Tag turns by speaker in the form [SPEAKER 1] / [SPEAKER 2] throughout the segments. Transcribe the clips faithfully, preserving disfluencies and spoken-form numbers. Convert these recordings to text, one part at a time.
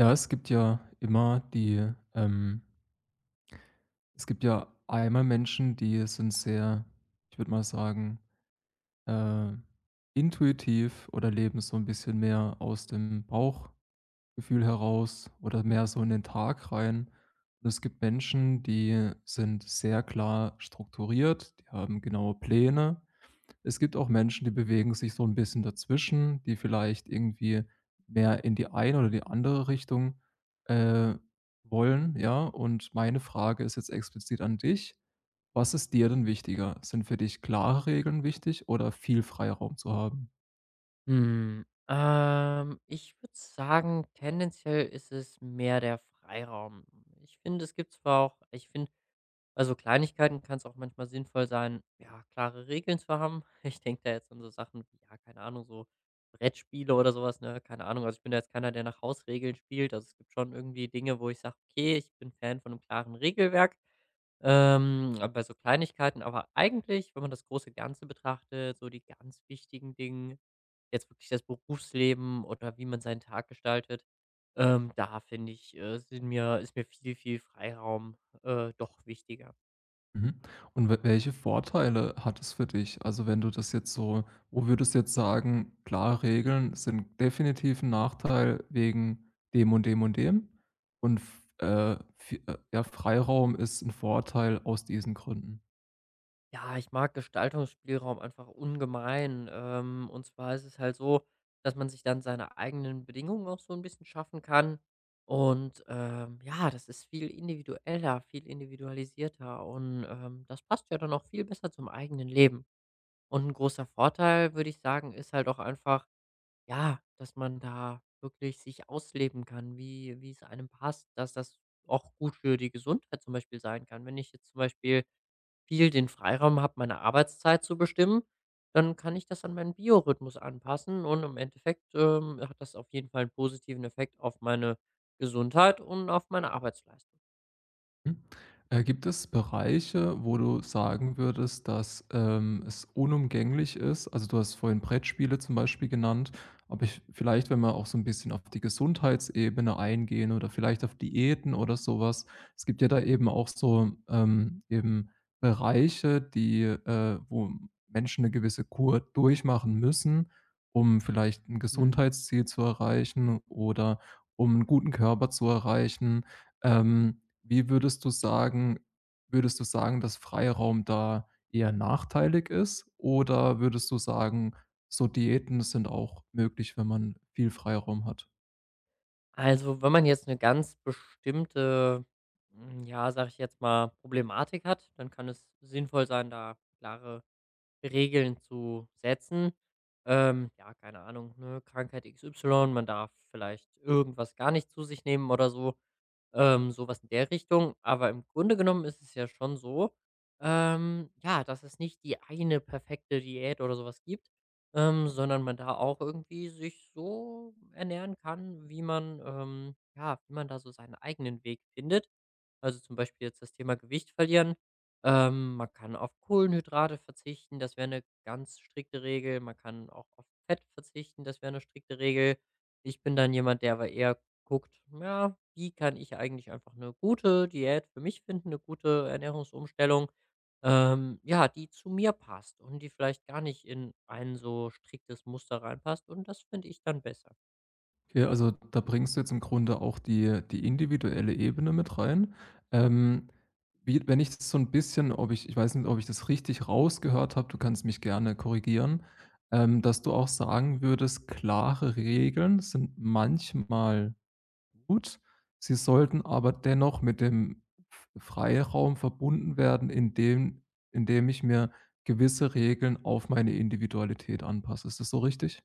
[SPEAKER 1] Ja, es gibt ja immer die ähm, es gibt ja einmal Menschen, die sind sehr, ich würde mal sagen, äh, intuitiv oder leben so ein bisschen mehr aus dem Bauchgefühl heraus oder mehr so in den Tag rein. Und es gibt Menschen, die sind sehr klar strukturiert, die haben genaue Pläne, es gibt auch Menschen, die bewegen sich so ein bisschen dazwischen, die vielleicht irgendwie mehr in die eine oder die andere Richtung, äh, wollen, ja? Und meine Frage ist jetzt explizit an dich: Was ist dir denn wichtiger? Sind für dich klare Regeln wichtig oder viel Freiraum zu haben?
[SPEAKER 2] Hm, ähm, ich würde sagen, tendenziell ist es mehr der Freiraum. Ich finde, es gibt zwar auch ich finde, also Kleinigkeiten, kann es auch manchmal sinnvoll sein, ja, klare Regeln zu haben. Ich denke da jetzt an so Sachen wie, ja, keine Ahnung, so Brettspiele oder sowas, ne? Keine Ahnung. Also, ich bin da jetzt keiner, der nach Hausregeln spielt. Also, es gibt schon irgendwie Dinge, wo ich sage: „Okay, ich bin Fan von einem klaren Regelwerk." Ähm, aber bei so Kleinigkeiten aber eigentlich, wenn man das große Ganze betrachtet, so die ganz wichtigen Dinge jetzt wirklich das Berufsleben oder wie man seinen Tag gestaltet, ähm, da finde ich, äh, sind mir ist mir viel, viel Freiraum, äh, doch wichtiger.
[SPEAKER 1] Mhm. Und we welche Vorteile hat es für dich? Also, wenn du das jetzt so wo würdest du jetzt sagen: klare Regeln sind definitiv 'n Nachteil wegen dem und dem und dem und f äh, vi äh, ja, Freiraum ist ein Vorteil aus diesen Gründen.“
[SPEAKER 2] Ja, ich mag Gestaltungsspielraum einfach ungemein. Ähm, und zwar ist es halt so, dass man sich dann seine eigenen Bedingungen auch so ein bisschen schaffen kann. Und, ähm, ja, das ist viel individueller, viel individualisierter und, ähm, das passt ja dann auch viel besser zum eigenen Leben. Und ein großer Vorteil, würde ich sagen, ist halt auch einfach, Ja, dass man da wirklich sich ausleben kann, wie wie es einem passt, dass das auch gut für die Gesundheit zum Beispiel sein kann. Wenn ich jetzt zum Beispiel viel den Freiraum habe, meine Arbeitszeit zu bestimmen, dann kann ich das an meinen Biorhythmus anpassen und im Endeffekt, ähm, hat das auf jeden Fall einen positiven Effekt auf meine Gesundheit und auf meine Arbeitsleistung.
[SPEAKER 1] Mhm. Äh, gibt es Bereiche, wo du sagen würdest, dass, ähm, es unumgänglich ist? Also, du hast vorhin Brettspiele zum Beispiel genannt, aber ich vielleicht, wenn wir auch so ein bisschen auf die Gesundheitsebene eingehen oder vielleicht auf Diäten oder sowas. Es gibt ja da eben auch so, ähm, eben Bereiche, die, äh wo Menschen eine gewisse Kur durchmachen müssen, um vielleicht ein
[SPEAKER 2] Mhm.
[SPEAKER 1] Gesundheitsziel zu erreichen oder um einen guten Körper zu erreichen. Ähm, wie würdest du sagen, würdest du sagen, dass Freiraum da eher nachteilig ist? Oder würdest du sagen, so Diäten sind auch möglich, wenn man viel Freiraum hat?
[SPEAKER 2] Also, wenn man jetzt eine ganz bestimmte, hm, ja, sage ich jetzt mal, Problematik hat, dann kann es sinnvoll sein, da klare Regeln zu setzen. Ähm, ja, keine Ahnung, ne, Krankheit X Y, man darf vielleicht irgendwas gar nicht zu sich nehmen oder so. Ähm, so in der Richtung. Aber im Grunde genommen ist es ja schon so, ähm, ja, dass es nicht die eine perfekte Diät oder sowas gibt, ähm, sondern man da auch irgendwie sich so ernähren kann, wie man, ähm, ja, wie man da so seinen eigenen Weg findet. Also zum Beispiel jetzt das Thema Gewicht verlieren. Ähm, man kann auf Kohlenhydrate verzichten, das wäre eine ganz strikte Regel. Man kann auch auf Fett verzichten, das wäre eine strikte Regel. Ich bin dann jemand, der aber eher guckt, ja, wie kann ich eigentlich einfach eine gute Diät für mich finden, eine gute Ernährungsumstellung, ähm, ja, die zu mir passt und die vielleicht gar nicht in ein so striktes Muster reinpasst und das finde ich dann besser.
[SPEAKER 1] Okay, also da bringst du jetzt im Grunde auch die die individuelle Ebene mit rein. Ähm, wie wenn ich das so ein bisschen, ob ich ich weiß nicht, ob ich das richtig rausgehört habe, du kannst mich gerne korrigieren, ähm, dass du auch sagen würdest, klare Regeln sind manchmal gut. Sie sollten aber dennoch mit dem F Freiraum verbunden werden, indem indem ich mir gewisse Regeln auf meine Individualität anpasse. Ist das so richtig?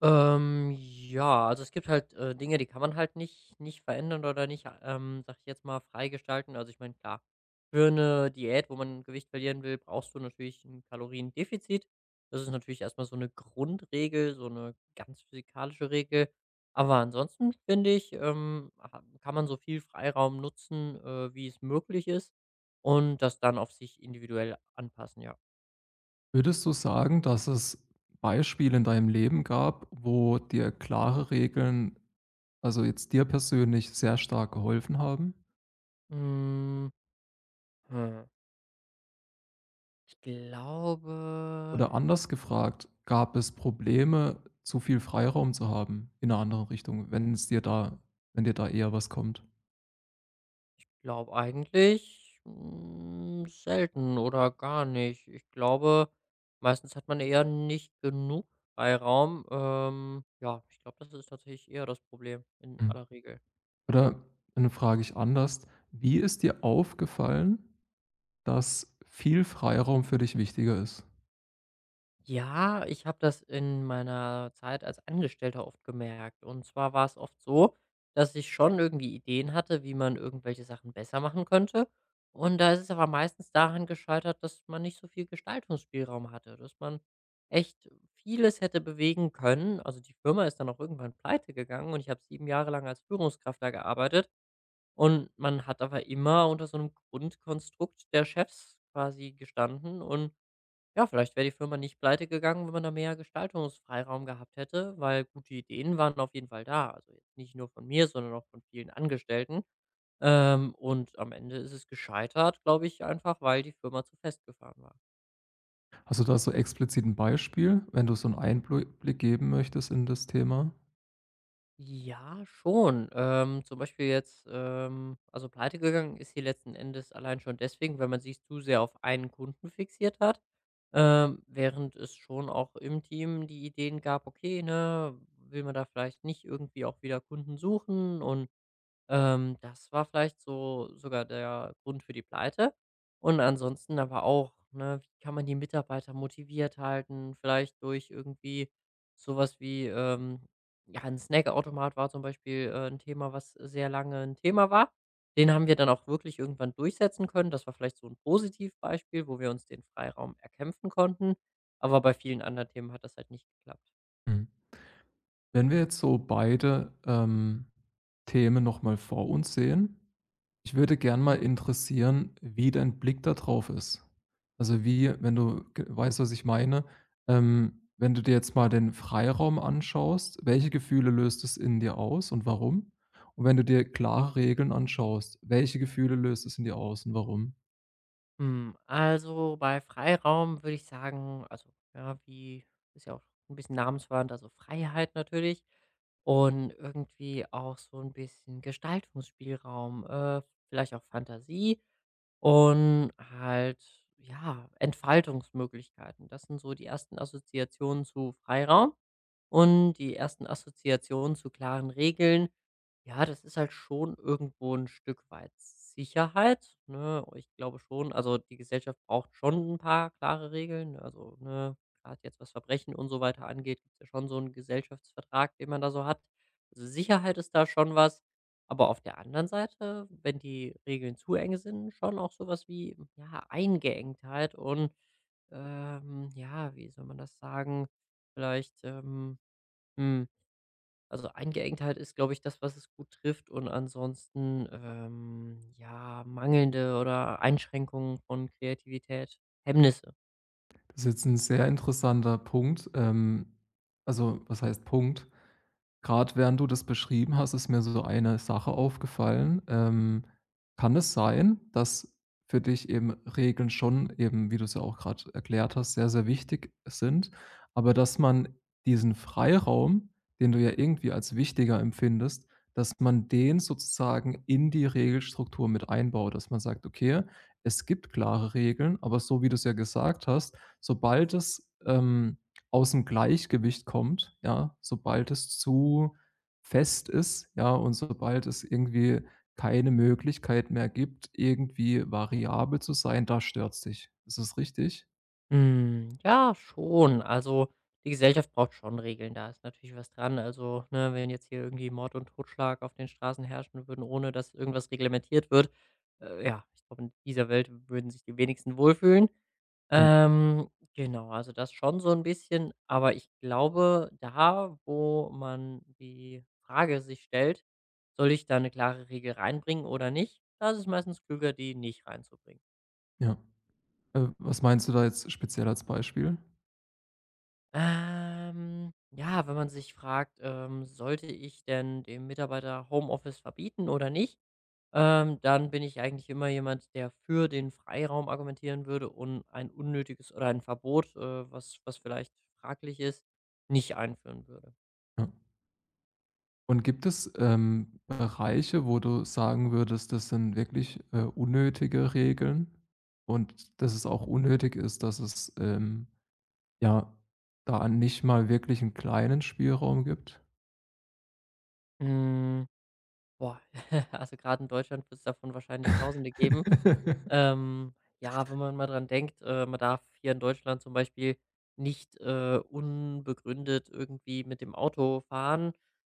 [SPEAKER 2] Ähm, ja, also es gibt halt, äh, Dinge, die kann man halt nicht nicht verändern oder nicht, ähm, sage ich jetzt mal, freigestalten. Also, ich meine, klar, für eine Diät, wo man Gewicht verlieren will, brauchst du natürlich ein Kaloriendefizit. Das ist natürlich erstmal so eine Grundregel, so eine ganz physikalische Regel. Aber ansonsten finde ich, ähm, ha kann man so viel Freiraum nutzen, äh, wie es möglich ist und das dann auf sich individuell anpassen, ja.
[SPEAKER 1] Würdest du sagen, dass es Beispiele in deinem Leben gab, wo dir klare Regeln, also jetzt dir persönlich, sehr stark geholfen haben?
[SPEAKER 2] Hm, hm, ich glaube
[SPEAKER 1] Oder anders gefragt, gab es Probleme, zu viel Freiraum zu haben, in 'ner anderen Richtung, wenn es dir da, wenn dir da eher was kommt?
[SPEAKER 2] Glaube eigentlich, hm, selten oder gar nicht. Ich glaube, meistens hat man eher nicht genug Freiraum. Ähm, ja, ich glaube, das ist tatsächlich eher das Problem in aller Regel.
[SPEAKER 1] Oder dann frage ich anders: Wie ist dir aufgefallen, dass viel Freiraum für dich wichtiger ist?
[SPEAKER 2] Ja, ich habe das in meiner Zeit als Angestellter oft gemerkt. Und zwar war es oft so, dass ich schon irgendwie Ideen hatte, wie man irgendwelche Sachen besser machen könnte. Und da ist es aber meistens daran gescheitert, dass man nicht so viel Gestaltungsspielraum hatte, dass man echt vieles hätte bewegen können. Also die Firma ist dann auch irgendwann pleite gegangen und ich habe sieben Jahre lang als Führungskraft da gearbeitet. Und man hat aber immer unter so einem Grundkonstrukt der Chefs quasi gestanden und ja, vielleicht wäre die Firma nicht pleite gegangen, wenn man da mehr Gestaltungsfreiraum gehabt hätte, weil gute Ideen waren auf jeden Fall da. Also jetzt nicht nur von mir, sondern auch von vielen Angestellten. Ähm, und am Ende ist es gescheitert, glaube ich, einfach, weil die Firma zu festgefahren war.
[SPEAKER 1] Hast du da so explizit 'n Beispiel, wenn du so einen Einblick geben möchtest in das Thema?
[SPEAKER 2] Ja, schon. Ähm, zum Beispiel jetzt, ähm also, pleite gegangen ist sie letzten Endes allein schon deswegen, weil man sich zu sehr auf einen Kunden fixiert hat, ähm, während es schon auch im Team die Ideen gab: „Okay, ne, will man da vielleicht nicht irgendwie auch wieder Kunden suchen und ähm, das war vielleicht so sogar der Grund für die Pleite. Und ansonsten aber auch, ne, wie kann man die Mitarbeiter motiviert halten? Vielleicht durch irgendwie sowas wie, ähm, ja, ein Snackautomat war zum Beispiel, äh, 'n Thema, was sehr lange ein Thema war. Den haben wir dann auch wirklich irgendwann durchsetzen können. Das war vielleicht so ein Positivbeispiel, wo wir uns den Freiraum erkämpfen konnten, aber bei vielen anderen Themen hat das halt nicht geklappt.
[SPEAKER 1] Mhm. Wenn wir jetzt so beide, ähm, Themen noch mal vor uns sehen, ich würde gern mal interessieren, wie dein Blick da drauf ist. Also, wie wenn du ge weißt, was ich meine, ähm, wenn du dir jetzt mal den Freiraum anschaust, welche Gefühle löst es in dir aus und warum? Und wenn du dir klare Regeln anschaust, welche Gefühle löst es in dir aus und warum?
[SPEAKER 2] Hm, also, bei Freiraum würde ich sagen, also, ja, wie ist ja auch ein bisschen namensverwandt, also, Freiheit natürlich und irgendwie auch so ein bisschen Gestaltungsspielraum, äh, vielleicht auch Fantasie und halt, ja, Entfaltungsmöglichkeiten. Das sind so die ersten Assoziationen zu Freiraum. Und die ersten Assoziationen zu klaren Regeln, ja, das ist halt schon irgendwo ein Stück weit Sicherheit, ne? Ich glaube schon, also, die Gesellschaft braucht schon ein paar klare Regeln, also, ne, grad jetzt, was Verbrechen und so weiter angeht, gibt's ja schon so einen Gesellschaftsvertrag, den man da so hat. Also, Sicherheit ist da schon was, aber auf der anderen Seite, wenn die Regeln zu eng sind, schon auch sowas wie, ja, Eingeengtheit und, ähm, ja, wie soll man das sagen? Vielleicht, ähm Mhm. Also, Eingeengtheit ist, glaube ich, das, was es gut trifft und ansonsten, ähm, ja, mangelnde oder Einschränkungen von Kreativität, Hemmnisse.
[SPEAKER 1] Das ist jetzt 'n sehr interessanter Punkt. Ähm, also, was heißt Punkt? Gerade während du das beschrieben hast, ist mir so eine Sache aufgefallen. Ähm, kann es sein, dass für dich eben Regeln schon eben, wie du es ja auch gerade erklärt hast, sehr, sehr wichtig sind, aber dass man diesen Freiraum, den du ja irgendwie als wichtiger empfindest, dass man den sozusagen in die Regelstruktur mit einbaut, dass man sagt: „Okay, es gibt klare Regeln, aber so wie du es ja gesagt hast, sobald es, ähm, aus dem Gleichgewicht kommt, ja, sobald es zu fest ist, ja, und sobald es irgendwie keine Möglichkeit mehr gibt, irgendwie variabel zu sein, da stört's dich. Ist das richtig?
[SPEAKER 2] Hm, ja, schon. Also, die Gesellschaft braucht schon Regeln, da ist natürlich was dran. Also, ne, wenn jetzt hier irgendwie Mord und Totschlag auf den Straßen herrschen würden, ohne dass irgendwas reglementiert wird, äh, ja, ich glaube, in dieser Welt würden sich die wenigsten wohlfühlen.
[SPEAKER 1] J
[SPEAKER 2] Ähm, genau, also das schon so ein bisschen, aber ich glaube, da, wo man die Frage sich stellt: „Soll ich da eine klare Regel reinbringen oder nicht?", da ist es meistens klüger, die nicht reinzubringen.
[SPEAKER 1] Ja. Äh, was meinst du da jetzt speziell als Beispiel?
[SPEAKER 2] Ähm, ja, wenn man sich fragt, ähm: „Sollte ich denn dem Mitarbeiter Homeoffice verbieten oder nicht?", ähm, dann bin ich eigentlich immer jemand, der für den Freiraum argumentieren würde und ein unnötiges oder ein Verbot, äh, was was vielleicht fraglich ist, nicht einführen würde.
[SPEAKER 1] Ja. Und gibt es, ähm, Bereiche, wo du sagen würdest, das sind wirklich, äh, unnötige Regeln und dass es auch unnötig ist, dass es, ähm, ja, da nicht mal wirklich 'n kleinen Spielraum gibt.
[SPEAKER 2] Hm, Boah, also gerade in Deutschland wird es davon wahrscheinlich Tausende geben. Ähm, ja, wenn man mal dran denkt, äh, man darf hier in Deutschland zum Beispiel nicht, äh, unbegründet irgendwie mit dem Auto fahren,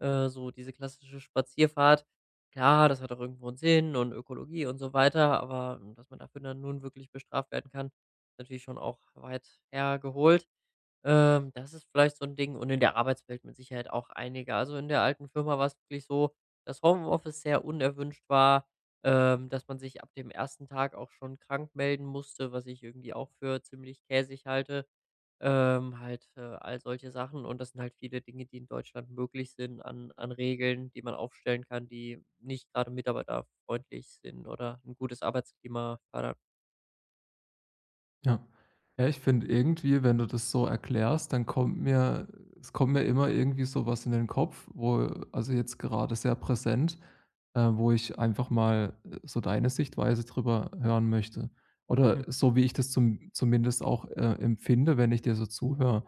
[SPEAKER 2] äh, so diese klassische Spazierfahrt. Klar, das hat auch irgendwo einen Sinn und Ökologie und so weiter, aber ähm, dass man dafür dann nun wirklich bestraft werden kann, ist natürlich schon auch weit hergeholt. Ähm, das ist vielleicht so ein Ding und in der Arbeitswelt mit Sicherheit auch einige. Also, in der alten Firma war es wirklich so, dass Homeoffice sehr unerwünscht war, ähm, dass man sich ab dem ersten Tag auch schon krank melden musste, was ich irgendwie auch für ziemlich käsig halte. Ähm, halt, äh, all solche Sachen und das sind halt viele Dinge, die in Deutschland möglich sind an an Regeln, die man aufstellen kann, die nicht gerade mitarbeiterfreundlich sind oder ein gutes Arbeitsklima fördern.
[SPEAKER 1] Ja. Ja, ich finde irgendwie, wenn du das so erklärst, dann kommt mir, es kommt mir immer irgendwie so was in den Kopf, wo, also, jetzt gerade sehr präsent, äh, wo ich einfach mal, äh, so deine Sichtweise drüber hören möchte. Oder
[SPEAKER 2] Mhm,
[SPEAKER 1] so, wie ich das zum zumindest auch, äh, empfinde, wenn ich dir so zuhöre.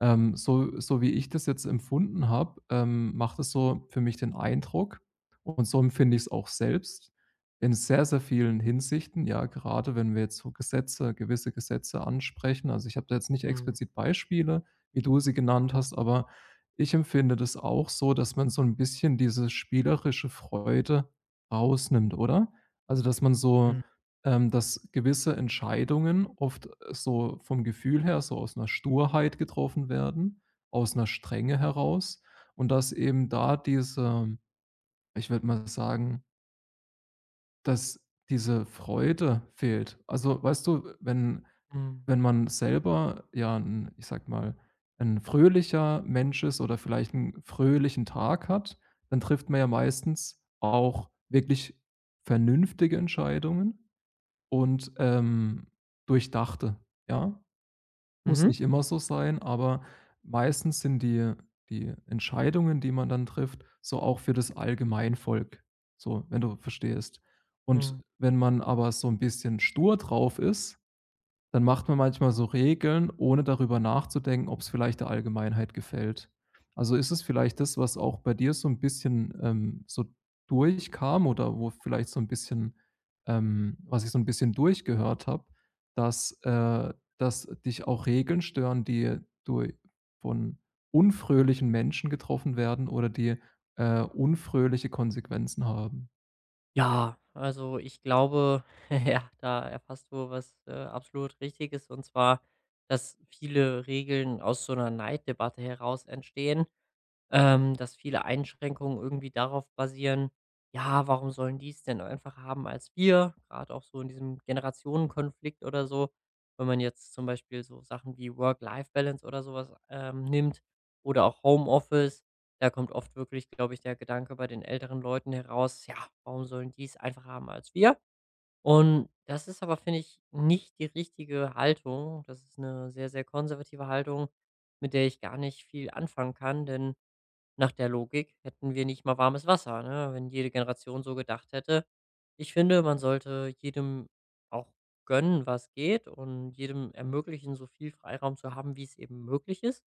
[SPEAKER 1] Ähm, so, so wie ich das jetzt empfunden habe, ähm, macht es so für mich den Eindruck, und so empfinde ich es auch selbst, in sehr, sehr vielen Hinsichten, ja, gerade wenn wir jetzt so Gesetze, gewisse Gesetze ansprechen. Also, ich habe da jetzt nicht
[SPEAKER 2] mhm,
[SPEAKER 1] explizit Beispiele, wie du sie genannt hast, aber ich empfinde das auch so, dass man so ein bisschen diese spielerische Freude rausnimmt, oder? Also, dass man so, ähm, dass gewisse Entscheidungen oft, äh, so vom Gefühl her so aus einer Sturheit getroffen werden, aus einer Strenge heraus, und dass eben da diese, ich würde mal sagen, dass diese Freude fehlt. Also, weißt du, wenn,
[SPEAKER 2] mhm,
[SPEAKER 1] wenn man selber, ja, 'n, ich sage mal, ein fröhlicher Mensch ist oder vielleicht einen fröhlichen Tag hat, dann trifft man ja meistens auch wirklich vernünftige Entscheidungen und, ähm, durchdachte, ja? Muss
[SPEAKER 2] mhm,
[SPEAKER 1] nicht immer so sein, aber meistens sind die die Entscheidungen, die man dann trifft, so auch für das Allgemeinvolk, so, wenn du verstehst. Und
[SPEAKER 2] mhm.
[SPEAKER 1] wenn man aber so ein bisschen stur drauf ist, dann macht man manchmal so Regeln, ohne darüber nachzudenken, ob es vielleicht der Allgemeinheit gefällt. Also, ist es vielleicht das, was auch bei dir so ein bisschen, ähm, so durchkam, oder wo vielleicht so ein bisschen, ähm, was ich so ein bisschen durchgehört habe, dass, äh dass dich auch Regeln stören, die durch, von unfröhlichen Menschen getroffen werden, oder die, äh, unfröhliche Konsequenzen haben?
[SPEAKER 2] Ja, also ich glaube, ja, da erfasst du was, äh, absolut Richtiges, und zwar, dass viele Regeln aus so einer Neiddebatte heraus entstehen ähm, dass viele Einschränkungen irgendwie darauf basieren, ja, warum sollen die es denn einfach haben als wir? Gerade auch so in diesem Generationenkonflikt oder so, wenn man jetzt zum Beispiel so Sachen wie Work-Life-Balance oder sowas ähm, nimmt oder auch Homeoffice, da kommt oft wirklich, glaube ich, der Gedanke bei den älteren Leuten heraus, ja, warum sollen die es einfach haben als wir? Und das ist aber, finde ich, nicht die richtige Haltung. Das ist eine sehr, sehr konservative Haltung, mit der ich gar nicht viel anfangen kann, denn nach der Logik hätten wir nicht mal warmes Wasser, ne, wenn jede Generation so gedacht hätte. Ich finde, man sollte jedem auch gönnen, was geht und jedem ermöglichen, so viel Freiraum zu haben, wie es eben möglich ist.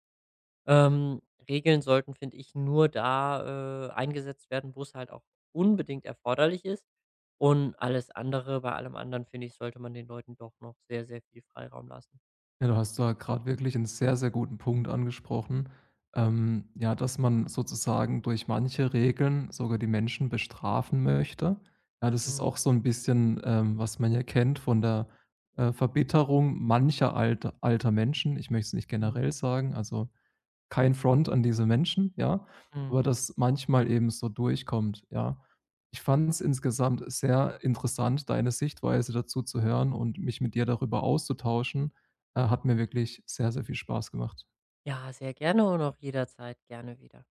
[SPEAKER 2] Ähm, Regeln sollten, finde ich, nur da, äh, eingesetzt werden, wo es halt auch unbedingt erforderlich ist. Und alles andere bei allem anderen, finde ich, sollte man den Leuten doch noch sehr, sehr viel Freiraum lassen.
[SPEAKER 1] Ja, du hast da gerade wirklich einen sehr, sehr guten Punkt angesprochen. Ähm, ja, dass man sozusagen durch manche Regeln sogar die Menschen bestrafen möchte. Ja, das ist
[SPEAKER 2] Mhm,
[SPEAKER 1] auch so ein bisschen, ähm, was man ja kennt von der, äh, Verbitterung mancher alter alter Menschen. Ich möchte es nicht
[SPEAKER 2] mhm,
[SPEAKER 1] generell sagen, also, kein Front an diese Menschen, ja,
[SPEAKER 2] mhm.
[SPEAKER 1] aber das manchmal eben so durchkommt, ja. Ich fand es insgesamt sehr interessant, deine Sichtweise dazu zu hören und mich mit dir darüber auszutauschen. Äh, hat mir wirklich sehr, sehr viel Spaß gemacht.
[SPEAKER 2] Ja, sehr gerne und auch jederzeit gerne wieder.